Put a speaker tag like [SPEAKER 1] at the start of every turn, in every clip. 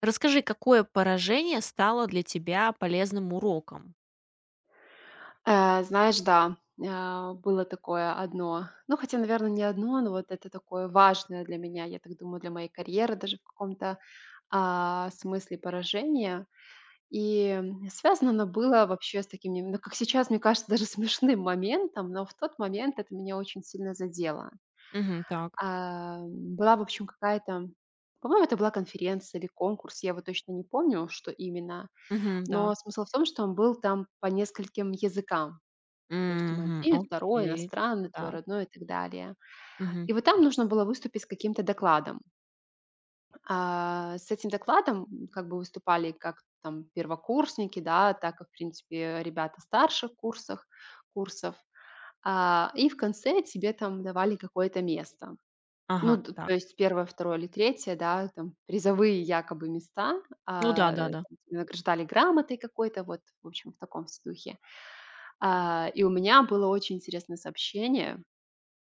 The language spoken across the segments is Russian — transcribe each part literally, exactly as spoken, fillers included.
[SPEAKER 1] Расскажи, какое поражение стало для тебя полезным уроком?
[SPEAKER 2] Э, знаешь, да, а, Было такое одно. Ну, хотя, наверное, не одно, но вот это такое важное для меня, я так думаю, для моей карьеры даже в каком-то, а, смысле поражение. И, м, связано оно было вообще с таким, не ну, как сейчас, мне кажется, даже смешным моментом, но в тот момент это меня очень сильно задело.
[SPEAKER 1] Мгм. Так.
[SPEAKER 2] А, была, в общем, какая-то, по-моему, это была конференция или конкурс, я вот точно не помню, что именно,
[SPEAKER 1] Мгм. Да.
[SPEAKER 2] но смысл в том, что он был там по нескольким языкам. То есть
[SPEAKER 1] Мгм.
[SPEAKER 2] Мальдивы, второй,
[SPEAKER 1] Окей.
[SPEAKER 2] иностранный, твой
[SPEAKER 1] Так.
[SPEAKER 2] родной и так далее.
[SPEAKER 1] Мгм.
[SPEAKER 2] И вот там нужно было выступить с каким-то докладом. А, с этим докладом как бы выступали как там первокурсники, да, так и, в принципе, ребята старших курсах курсов. А, и в конце тебе там давали какое-то место. Ну,
[SPEAKER 1] Ага.
[SPEAKER 2] т то
[SPEAKER 1] Так.
[SPEAKER 2] есть первое, второе или третье, да, там призовые якобы места,
[SPEAKER 1] Ну да,
[SPEAKER 2] а, там
[SPEAKER 1] да-да.
[SPEAKER 2] тебя награждали грамотой какой-то, вот, в общем, в таком с духе. А, и у меня было очень интересное сообщение.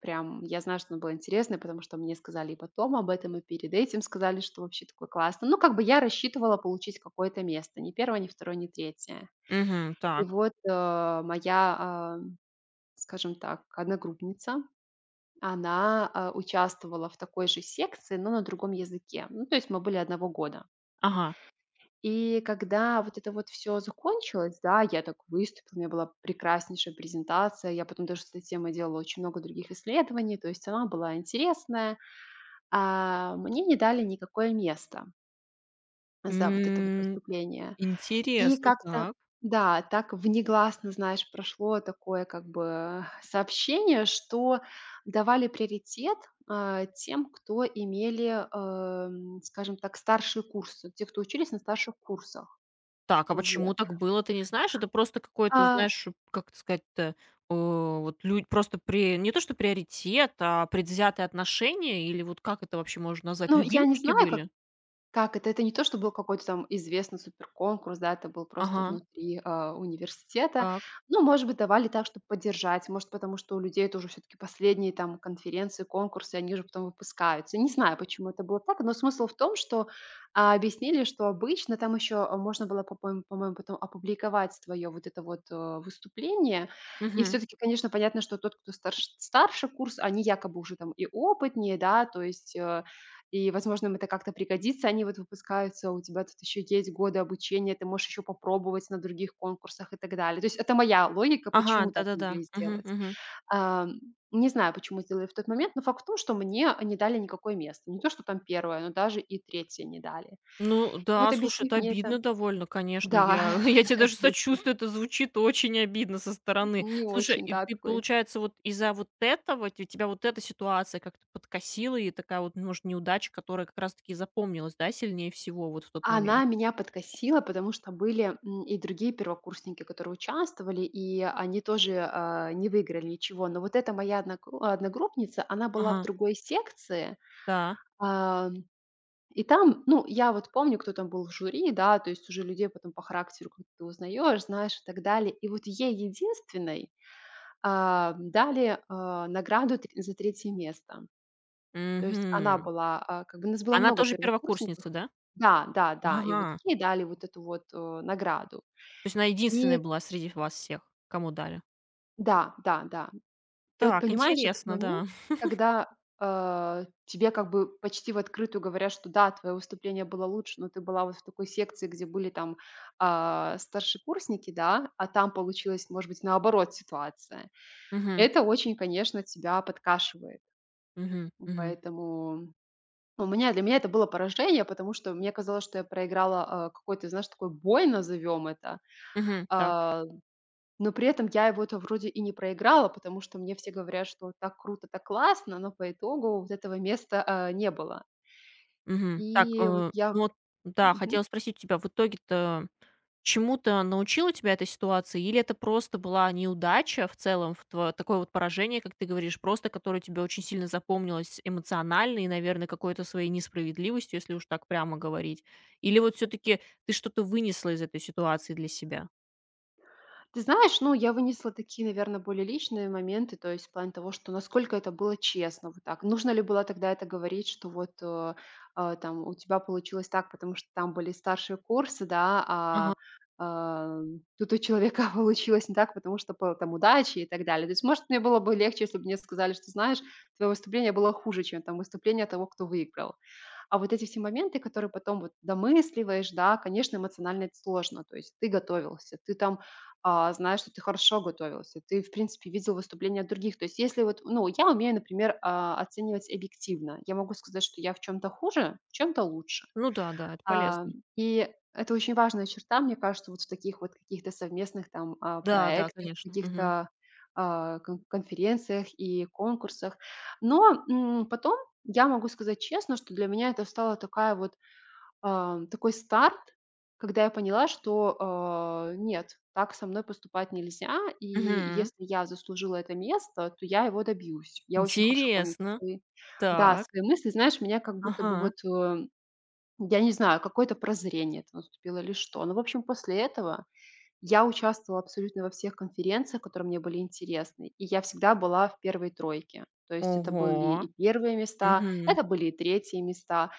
[SPEAKER 2] Прям я знаю, что она была интересная, потому что мне сказали и потом об этом, и перед этим сказали, что вообще такое классно. Ну, как бы я рассчитывала получить какое-то место, ни первое, ни второе, ни третье.
[SPEAKER 1] Мгм.
[SPEAKER 2] И
[SPEAKER 1] Так.
[SPEAKER 2] вот, э, моя, а, скажем так, одногруппница, она, а, участвовала в такой же секции, но на другом языке. Ну, то есть мы были одного года.
[SPEAKER 1] Ага.
[SPEAKER 2] И когда вот это вот все закончилось, да, я так выступила, у меня была прекраснейшая презентация. Я потом даже с этой темой делала очень много других исследований, то есть она была интересная. А, мне не дали никакое место за вот это вот
[SPEAKER 1] М,
[SPEAKER 2] выступление. И
[SPEAKER 1] Интересно.
[SPEAKER 2] как-то,
[SPEAKER 1] Так.
[SPEAKER 2] да, так внегласно, знаешь, прошло такое как бы сообщение, что давали приоритет а, тем, кто имели, эм, скажем так, старшие курсы, те, кто учились на старших курсах.
[SPEAKER 1] Так, а
[SPEAKER 2] Вот.
[SPEAKER 1] почему так было, ты не знаешь? Это просто какой-то,
[SPEAKER 2] А,
[SPEAKER 1] знаешь, как это сказать-то, э, вот люди просто при не то что приоритет, а предвзятое отношение или вот как это вообще можно назвать?
[SPEAKER 2] ну, я не
[SPEAKER 1] Любимчики
[SPEAKER 2] знаю, как.
[SPEAKER 1] были?
[SPEAKER 2] Как это? Это не то, что был какой-то там известный суперконкурс, да, это был просто
[SPEAKER 1] Ага.
[SPEAKER 2] внутри, а, университета.
[SPEAKER 1] Так.
[SPEAKER 2] Ну, может быть, давали так, чтобы поддержать, может, потому что у людей это уже всё-таки последние там конференции, конкурсы, они же потом выпускаются. Не знаю, почему это было так, но смысл в том, что, а, объяснили, что обычно там еще, а, можно было, по-моему по-моему, потом опубликовать твое вот это вот, э, выступление. И
[SPEAKER 1] Мгм.
[SPEAKER 2] все-таки, конечно, понятно, что тот, кто старш старше курс, они якобы уже там и опытнее, да, то есть, э, и, возможно, им это как-то пригодится. Они вот выпускаются, у тебя тут еще есть годы обучения, ты можешь еще попробовать на других конкурсах и так далее. То есть это моя логика,
[SPEAKER 1] Ага,
[SPEAKER 2] почему так
[SPEAKER 1] да-да-да.
[SPEAKER 2] могли
[SPEAKER 1] Мгм,
[SPEAKER 2] сделать.
[SPEAKER 1] мгм.
[SPEAKER 2] Ам, Не знаю, почему сделали в тот момент, но факт в том, что мне не дали никакое место. Не то, что там первое, но даже и третье не дали.
[SPEAKER 1] Ну
[SPEAKER 2] И вот
[SPEAKER 1] да, слушай,
[SPEAKER 2] объяснив
[SPEAKER 1] это
[SPEAKER 2] мне это.
[SPEAKER 1] обидно довольно, конечно.
[SPEAKER 2] Да,
[SPEAKER 1] Я я тебе даже сочувствую, это звучит очень обидно со стороны.
[SPEAKER 2] не
[SPEAKER 1] Слушай,
[SPEAKER 2] очень,
[SPEAKER 1] и
[SPEAKER 2] да,
[SPEAKER 1] ты,
[SPEAKER 2] такой.
[SPEAKER 1] получается, вот из-за вот этого те тебя вот эта ситуация как-то подкосила, и такая вот, может, неудача, которая как раз таки запомнилась, да, сильнее всего вот в тот
[SPEAKER 2] Она
[SPEAKER 1] момент?
[SPEAKER 2] меня подкосила, потому что были, м, и другие первокурсники, которые участвовали, и они тоже, а, не выиграли ничего. Но вот эта моя одногру одногруппница, она была в
[SPEAKER 1] Ага,
[SPEAKER 2] другой секции,
[SPEAKER 1] да.
[SPEAKER 2] а, и там, ну, я вот помню, кто там был в жюри, да, то есть уже людей потом по характеру как-то ты узнаешь, знаешь и так далее. И вот ей единственной, а, дали, а, награду тр за третье место. То есть она
[SPEAKER 1] Мгм.
[SPEAKER 2] была, а, как бы у нас было
[SPEAKER 1] Она
[SPEAKER 2] много
[SPEAKER 1] тоже первокурсница,
[SPEAKER 2] первокурсников.
[SPEAKER 1] да?
[SPEAKER 2] Да, да, да. И вот
[SPEAKER 1] Ага.
[SPEAKER 2] ей дали вот эту вот, э, награду.
[SPEAKER 1] То есть она
[SPEAKER 2] И
[SPEAKER 1] единственная была среди вас всех, кому дали?
[SPEAKER 2] да, да, да. И вот
[SPEAKER 1] Так,
[SPEAKER 2] понимаешь этот
[SPEAKER 1] интересно,
[SPEAKER 2] момент,
[SPEAKER 1] да.
[SPEAKER 2] когда, а, тебе как бы почти в открытую говорят, что да, твое выступление было лучше, но ты была вот в такой секции, где были там, а, старшекурсники, да, а там получилась, может быть, наоборот ситуация.
[SPEAKER 1] Угу,
[SPEAKER 2] Это очень, конечно, тебя подкашивает.
[SPEAKER 1] угу, угу,
[SPEAKER 2] Поэтому. Ну, У меня для меня это было поражение, потому что мне казалось, что я проиграла, а, какой-то, знаешь, такой бой, назовем это.
[SPEAKER 1] мгм. Так.
[SPEAKER 2] А, но при этом я его это вроде и не проиграла, потому что мне все говорят, что так круто, так классно, но по итогу вот этого места, а, не было.
[SPEAKER 1] Мгм.
[SPEAKER 2] И
[SPEAKER 1] Так,
[SPEAKER 2] вот
[SPEAKER 1] э,
[SPEAKER 2] я.
[SPEAKER 1] ну вот, да, хотела спросить у тебя, в итоге-то чему-то научила тебя эта ситуация, или это просто была неудача в целом, в тво такое вот поражение, как ты говоришь, просто которое тебе очень сильно запомнилось эмоционально и, наверное, какой-то своей несправедливостью, если уж так прямо говорить? Или вот все таки ты что-то вынесла из этой ситуации для себя?
[SPEAKER 2] Ты знаешь, ну, я вынесла такие, наверное, более личные моменты, то есть в плане того, что насколько это было честно, вот так. Нужно ли было тогда это говорить, что вот, э, а, там у тебя получилось так, потому что там были старшие курсы, да,
[SPEAKER 1] Ага.
[SPEAKER 2] а, ам, тут у человека получилось не так, потому что по там удачи и так далее. То есть, может, мне было бы легче, если бы мне сказали, что, знаешь, твое выступление было хуже, чем там выступление того, кто выиграл. А вот эти все моменты, которые потом вот домысливаешь, да, конечно, эмоционально это сложно. То есть ты готовился, ты там а, знаешь, что ты хорошо готовился, ты, в принципе, видел выступления других. То есть если вот, ну, я умею, например, а, оценивать объективно. Я могу сказать, что я в чем-то хуже, в чем-то лучше.
[SPEAKER 1] Ну да, да, это
[SPEAKER 2] А,
[SPEAKER 1] полезно.
[SPEAKER 2] и это очень важная черта, мне кажется, вот в таких вот каких-то совместных там, а,
[SPEAKER 1] Да, да,
[SPEAKER 2] проектах,
[SPEAKER 1] конечно. Мгм.
[SPEAKER 2] каких-то, а, кон конференциях и конкурсах. Но, м, потом я могу сказать честно, что для меня это стало такая вот, а, такой старт, когда я поняла, что, а, нет, так со мной поступать нельзя, и
[SPEAKER 1] Мгм.
[SPEAKER 2] если я заслужила это место, то я его добьюсь. Я очень хорошо помню
[SPEAKER 1] Интересно.
[SPEAKER 2] свои, да,
[SPEAKER 1] Так.
[SPEAKER 2] свои мысли. Знаешь, меня как будто бы
[SPEAKER 1] Ага.
[SPEAKER 2] вот, э, я не знаю, какое-то прозрение это наступило или что. Но, в общем, после этого я участвовала абсолютно во всех конференциях, которые мне были интересны, и я всегда была в первой тройке. То есть это были
[SPEAKER 1] Ого.
[SPEAKER 2] и первые места,
[SPEAKER 1] Угу.
[SPEAKER 2] это были и третьи места,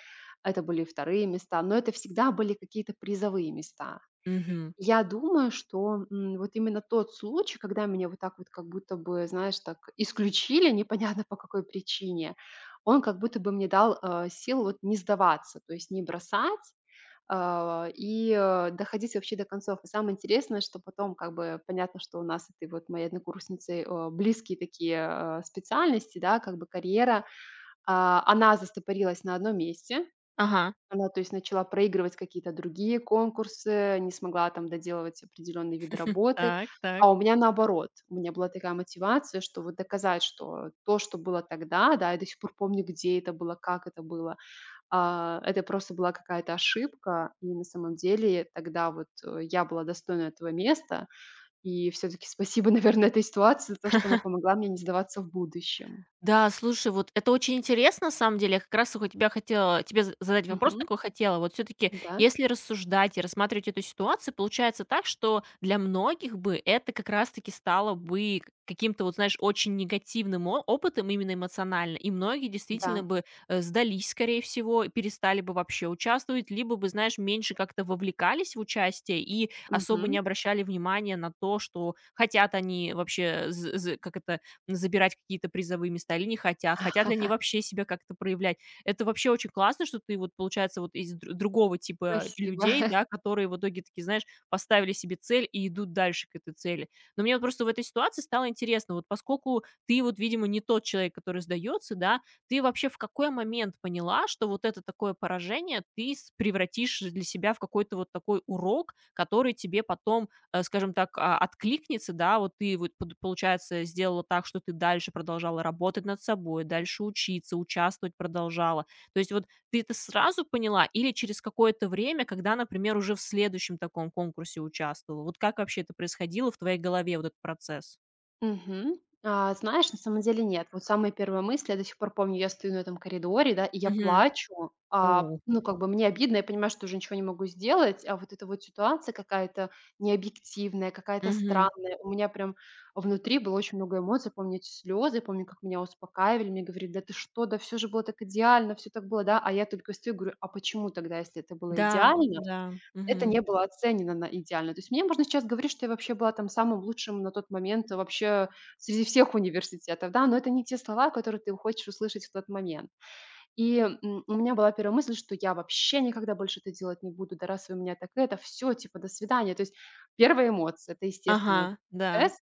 [SPEAKER 2] это были и вторые места, но это всегда были какие-то призовые места.
[SPEAKER 1] Мгм.
[SPEAKER 2] Я думаю, что, м, вот именно тот случай, когда меня вот так вот как будто бы, знаешь, так исключили, непонятно по какой причине, он как будто бы мне дал э, сил вот не сдаваться, то есть не бросать, а, и, э, доходить вообще до концов. И самое интересное, что потом как бы понятно, что у нас этой вот моей однокурсницы э, близкие такие, э, специальности, да, как бы карьера. А, она застопорилась на одном месте.
[SPEAKER 1] Ага.
[SPEAKER 2] Она, то есть, начала проигрывать какие-то другие конкурсы, не смогла там доделывать определенные виды работы.
[SPEAKER 1] Так, так.
[SPEAKER 2] А у меня наоборот. У меня была такая мотивация, что вот доказать, что то, что было тогда, да, я до сих пор помню, где это было, как это было, а, это просто была какая-то ошибка, и на самом деле тогда вот, э, я была достойна этого места. И все таки спасибо, наверное, этой ситуации за то, что она помогла мне не сдаваться в будущем.
[SPEAKER 1] Да, слушай, вот это очень интересно, на самом деле. Я как раз вот у тебя хотела тебе з- задать вопрос
[SPEAKER 2] Мгм.
[SPEAKER 1] такой хотела. Вот все-таки,
[SPEAKER 2] Да,
[SPEAKER 1] если рассуждать и рассматривать эту ситуацию, получается так, что для многих бы это как раз-таки стало бы к- каким-то, вот знаешь, очень негативным о- опытом именно эмоционально. И многие действительно
[SPEAKER 2] да.
[SPEAKER 1] бы э, сдались, скорее всего, и перестали бы вообще участвовать, либо бы, знаешь, меньше как-то вовлекались в участие и особо
[SPEAKER 2] Мгм.
[SPEAKER 1] не обращали внимания на то, что хотят они вообще, з- з- как это, забирать какие-то призовые места или не хотя, хотят ли они вообще себя как-то проявлять. Это вообще очень классно, что ты вот, получается, вот из др другого типа
[SPEAKER 2] Спасибо.
[SPEAKER 1] людей, да, которые в итоге такие, знаешь, поставили себе цель и идут дальше к этой цели. Но мне вот просто в этой ситуации стало интересно, вот поскольку ты вот, видимо, не тот человек, который сдается, да, ты вообще в какой момент поняла, что вот это такое поражение ты с превратишь для себя в какой-то вот такой урок, который тебе потом э, скажем так, а, откликнется, да, вот ты вот под получается сделала так, что ты дальше продолжала работать над собой, дальше учиться, участвовать продолжала. То есть вот ты это сразу поняла или через какое-то время, когда, например, уже в следующем таком конкурсе участвовала? Вот как вообще это происходило в твоей голове, вот этот процесс?
[SPEAKER 2] Мгм. А, знаешь, на самом деле нет. Вот самые первые мысли, я до сих пор помню, я стою на этом коридоре, да, и я
[SPEAKER 1] Мгм.
[SPEAKER 2] плачу,
[SPEAKER 1] У.
[SPEAKER 2] а, ну, как бы мне обидно, я понимаю, что уже ничего не могу сделать, а вот эта вот ситуация какая-то необъективная, какая-то
[SPEAKER 1] Мгм.
[SPEAKER 2] странная. У меня прям внутри было очень много эмоций, помню эти слезы, помню, как меня успокаивали, мне говорили, да ты что, да все же было так идеально, все так было, да, а я только стою и говорю, а почему тогда, если это было
[SPEAKER 1] Да,
[SPEAKER 2] идеально,
[SPEAKER 1] да.
[SPEAKER 2] это
[SPEAKER 1] Мгм.
[SPEAKER 2] не было оценено на идеально. То есть мне можно сейчас говорить, что я вообще была там самым лучшим на тот момент, э, вообще среди всех университетов, да, но это не те слова, которые ты хочешь услышать в тот момент. И, м, у меня была первая мысль, что я вообще никогда больше это делать не буду, да раз вы меня так это, все типа, до свидания. То есть первая эмоция — это естественный вообще
[SPEAKER 1] Ага, да.
[SPEAKER 2] процесс.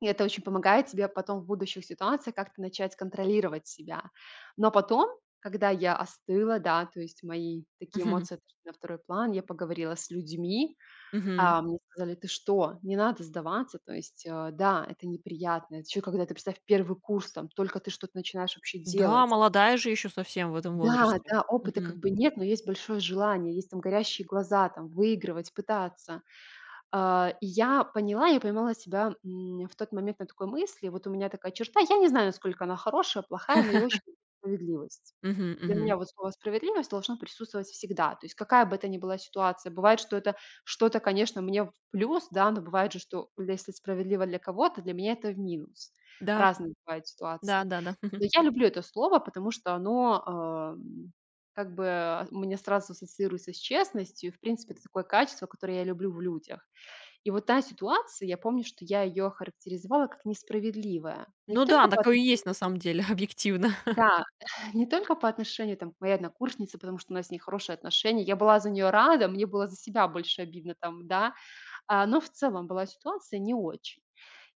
[SPEAKER 2] И это очень помогает тебе потом в будущих ситуациях как-то начать контролировать себя. Но потом, когда я остыла, да, то есть мои такие
[SPEAKER 1] Мгм.
[SPEAKER 2] эмоции отошли на второй план, я поговорила с людьми,
[SPEAKER 1] Мгм.
[SPEAKER 2] а, мне сказали, ты что, не надо сдаваться, то есть, э, да, это неприятно, еще когда ты, представь, первый курс, там, только ты что-то начинаешь вообще
[SPEAKER 1] Да,
[SPEAKER 2] делать.
[SPEAKER 1] молодая же еще совсем в этом
[SPEAKER 2] Да,
[SPEAKER 1] возрасте.
[SPEAKER 2] да, опыта как
[SPEAKER 1] Мгм.
[SPEAKER 2] бы нет, но есть большое желание, есть там горящие глаза, там, выигрывать, пытаться. А, и я поняла, я поймала себя, м, в тот момент на такой мысли. Вот у меня такая черта. Я не знаю, насколько она хорошая, плохая, но я очень люблю справедливость.
[SPEAKER 1] Мгм,
[SPEAKER 2] Для
[SPEAKER 1] мгм.
[SPEAKER 2] меня вот слово справедливость должно присутствовать всегда. То есть какая бы это ни была ситуация. Бывает, что это что-то, конечно, мне в плюс, да, но бывает же, что если справедливо для кого-то, для меня это в минус.
[SPEAKER 1] Да,
[SPEAKER 2] Разные бывают ситуации.
[SPEAKER 1] да-да-да.
[SPEAKER 2] Но я люблю это слово, потому что оно, а, м, как бы, а, мне сразу ассоциируется с честностью. И, в принципе, это такое качество, которое я люблю в людях. И вот та ситуация, я помню, что я ее охарактеризовала как несправедливая. Не
[SPEAKER 1] Ну да,
[SPEAKER 2] только по
[SPEAKER 1] такое и есть на
[SPEAKER 2] отношению там,
[SPEAKER 1] самом деле, объективно.
[SPEAKER 2] да, не только по отношению там к моей однокурснице, потому что у нас с ней хорошие отношения. Я была за нее рада, мне было за себя больше обидно там, да. А, но в целом была ситуация не очень.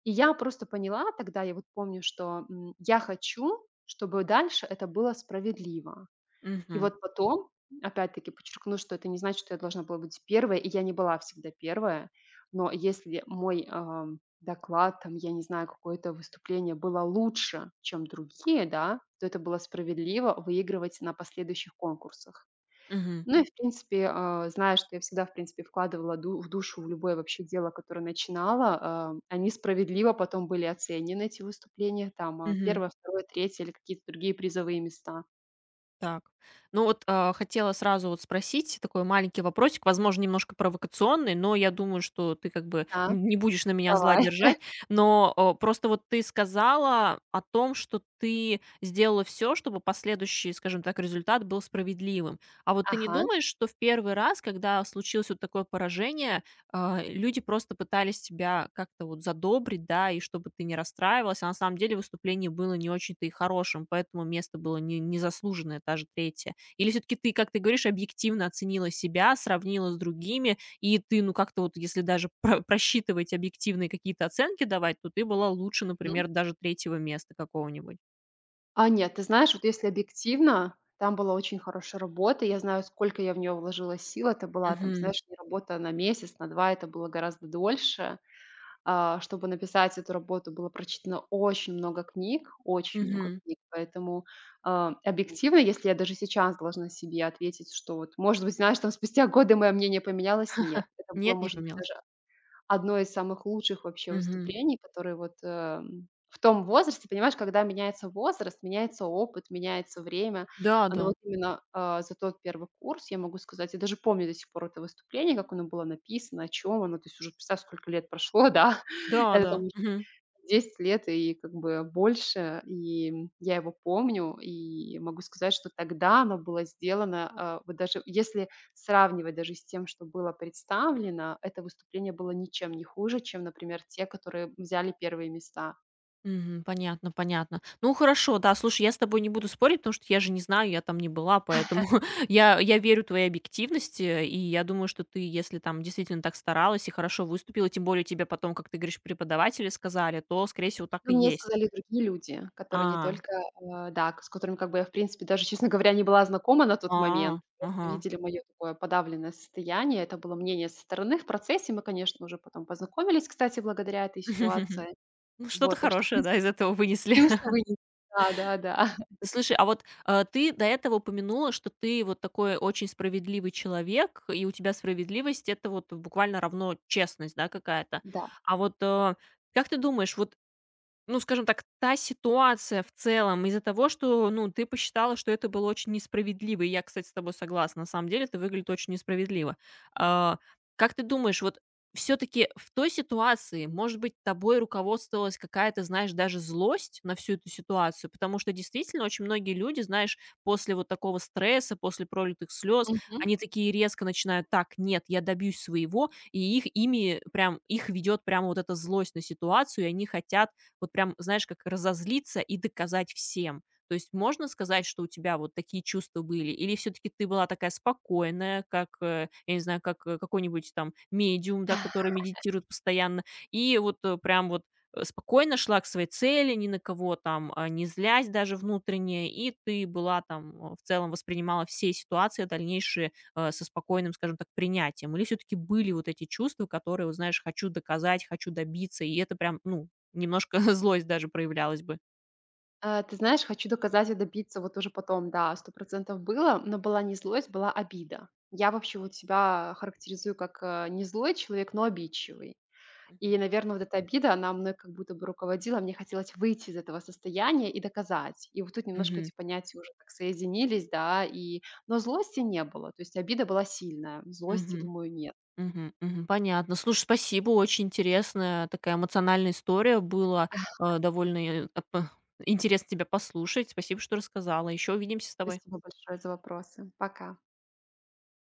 [SPEAKER 2] И я просто поняла тогда, я вот помню, что, м, я хочу, чтобы дальше это было справедливо. И
[SPEAKER 1] Мгм.
[SPEAKER 2] вот потом, опять-таки подчеркну, что это не значит, что я должна была быть первой, и я не была всегда первая. Но если мой, ам, доклад, там, я не знаю, какое-то выступление было лучше, чем другие, да, то это было справедливо выигрывать на последующих конкурсах.
[SPEAKER 1] Мгм.
[SPEAKER 2] Ну и, в принципе, а, зная, что я всегда, в принципе, вкладывала ду в душу в любое вообще дело, которое начинала, а, они справедливо потом были оценены, эти выступления, там, а,
[SPEAKER 1] Мгм.
[SPEAKER 2] раз, два, три или какие-то другие призовые места.
[SPEAKER 1] Так. Ну вот, а, хотела сразу вот спросить такой маленький вопросик, возможно, немножко провокационный, но я думаю, что ты как бы
[SPEAKER 2] Так,
[SPEAKER 1] н не будешь на меня зла
[SPEAKER 2] давай.
[SPEAKER 1] держать. Но, а, просто вот ты сказала о том, что ты сделала все, чтобы последующий, скажем так, результат был справедливым. А вот ты не
[SPEAKER 2] Ага.
[SPEAKER 1] думаешь, что в первый раз, когда случилось вот такое поражение, а, люди просто пытались тебя как-то вот задобрить, да, и чтобы ты не расстраивалась. А на самом деле выступление было не очень-то и хорошим, поэтому место было не, незаслуженное, даже третье. Или все-таки ты, как ты говоришь, объективно оценила себя, сравнила с другими, и ты, ну, как-то вот, если даже про- просчитывать объективные какие-то оценки давать, то ты была лучше,
[SPEAKER 2] Мгм.
[SPEAKER 1] например, даже третьего места какого-нибудь.
[SPEAKER 2] А нет, ты знаешь, вот если объективно, там была очень хорошая работа. Я знаю, сколько я в нее вложила сил. Это была там,
[SPEAKER 1] Мгм.
[SPEAKER 2] знаешь, не работа на месяц, на два. Это было гораздо дольше. А, чтобы написать эту работу, было прочитано очень много книг, очень много
[SPEAKER 1] Мгм.
[SPEAKER 2] книг. Поэтому, а, объективно, если я даже сейчас должна себе ответить, что вот, может быть, знаешь, там спустя годы мое мнение поменялось, нет. Это было,
[SPEAKER 1] Нет, не
[SPEAKER 2] может быть,
[SPEAKER 1] поменялось.
[SPEAKER 2] даже одно из самых лучших вообще
[SPEAKER 1] Мгм.
[SPEAKER 2] выступлений, которые вот, эм, в том возрасте, понимаешь, когда меняется возраст, меняется опыт, меняется время.
[SPEAKER 1] Да,
[SPEAKER 2] А, но
[SPEAKER 1] да.
[SPEAKER 2] вот именно, а, за тот первый курс я могу сказать, я даже помню до сих пор это выступление, как оно было написано, о чем оно. То есть уже представь, сколько лет прошло, да.
[SPEAKER 1] Да,
[SPEAKER 2] Это там
[SPEAKER 1] да.
[SPEAKER 2] уже
[SPEAKER 1] Мгм.
[SPEAKER 2] десять лет и как бы больше, и я его помню, и могу сказать, что тогда оно было сделано, а, вот даже если сравнивать даже с тем, что было представлено, это выступление было ничем не хуже, чем, например, те, которые взяли первые места.
[SPEAKER 1] Мгм. Понятно, понятно. Ну хорошо, да, слушай, я с тобой не буду спорить, потому что я же не знаю, я там не была, поэтому я, я верю твоей объективности, э, и я думаю, что ты, если там действительно так старалась и хорошо выступила, тем более тебе потом, как ты говоришь, преподаватели сказали, то, скорее всего, так
[SPEAKER 2] Но
[SPEAKER 1] и
[SPEAKER 2] мне
[SPEAKER 1] есть.
[SPEAKER 2] сказали другие люди, которые не
[SPEAKER 1] А,
[SPEAKER 2] только, а, да, с которыми как бы я, в принципе, даже, честно говоря, не была знакома на тот момент.
[SPEAKER 1] а,
[SPEAKER 2] Просто
[SPEAKER 1] ага.
[SPEAKER 2] видели мое такое подавленное состояние. Это было мнение со стороны. В процессе мы, конечно, уже потом познакомились, кстати, благодаря этой ситуации.
[SPEAKER 1] Ну, что-то
[SPEAKER 2] Вот, так что, в
[SPEAKER 1] хорошее, да,
[SPEAKER 2] принципе,
[SPEAKER 1] из этого вынесли.
[SPEAKER 2] плюсы. Да, да, да.
[SPEAKER 1] Слушай, а вот, э, ты до этого упомянула, что ты вот такой очень справедливый человек, и у тебя справедливость — это вот буквально равно честность, да, какая-то.
[SPEAKER 2] Да.
[SPEAKER 1] А вот, э, как ты думаешь, вот ну, скажем так, та ситуация в целом из-за того, что, ну, ты посчитала, что это было очень несправедливо. И я, кстати, с тобой согласна. На самом деле это выглядит очень несправедливо. А, как ты думаешь, вот все-таки в той ситуации, может быть, тобой руководствовалась какая-то, знаешь, даже злость на всю эту ситуацию, потому что действительно очень многие люди, знаешь, после вот такого стресса, после пролитых слез,
[SPEAKER 2] Мгм.
[SPEAKER 1] они такие резко начинают, так, нет, я добьюсь своего, и их ими прям, их ведет прямо вот эта злость на ситуацию, и они хотят вот прям, знаешь, как разозлиться и доказать всем. То есть можно сказать, что у тебя вот такие чувства были? Или все-таки ты была такая спокойная, как, э, я не знаю, как э, какой-нибудь там медиум, да, который медитирует постоянно, и вот э, прям вот э, спокойно шла к своей цели, ни на кого там а, не злясь даже внутренне, и ты была там, э, в целом воспринимала все ситуации дальнейшие э, со спокойным, скажем так, принятием? Или все-таки были вот эти чувства, которые, вот знаешь, хочу доказать, хочу добиться, и это прям, ну, немножко злость даже проявлялась бы.
[SPEAKER 2] А, ты знаешь, хочу доказать и добиться вот уже потом, да, сто было, но была не злость, была обида. Я вообще вот себя характеризую как, э, не злой человек, но обидчивый. И,
[SPEAKER 1] Мгм.
[SPEAKER 2] наверное, вот эта обида, она мной как будто бы руководила. Мне хотелось выйти из этого состояния и доказать. И вот тут немножко
[SPEAKER 1] Мгм.
[SPEAKER 2] эти понятия уже так соединились, да, и но злости не было, то есть обида была сильная, злости,
[SPEAKER 1] Мгм.
[SPEAKER 2] думаю, нет.
[SPEAKER 1] Мгм. Мгм. Понятно. Слушай, спасибо. Очень интересная такая эмоциональная история. Была э, довольно, э, ап интересно тебя послушать. Спасибо, что рассказала. Еще увидимся с тобой.
[SPEAKER 2] Спасибо большое за вопросы. Пока.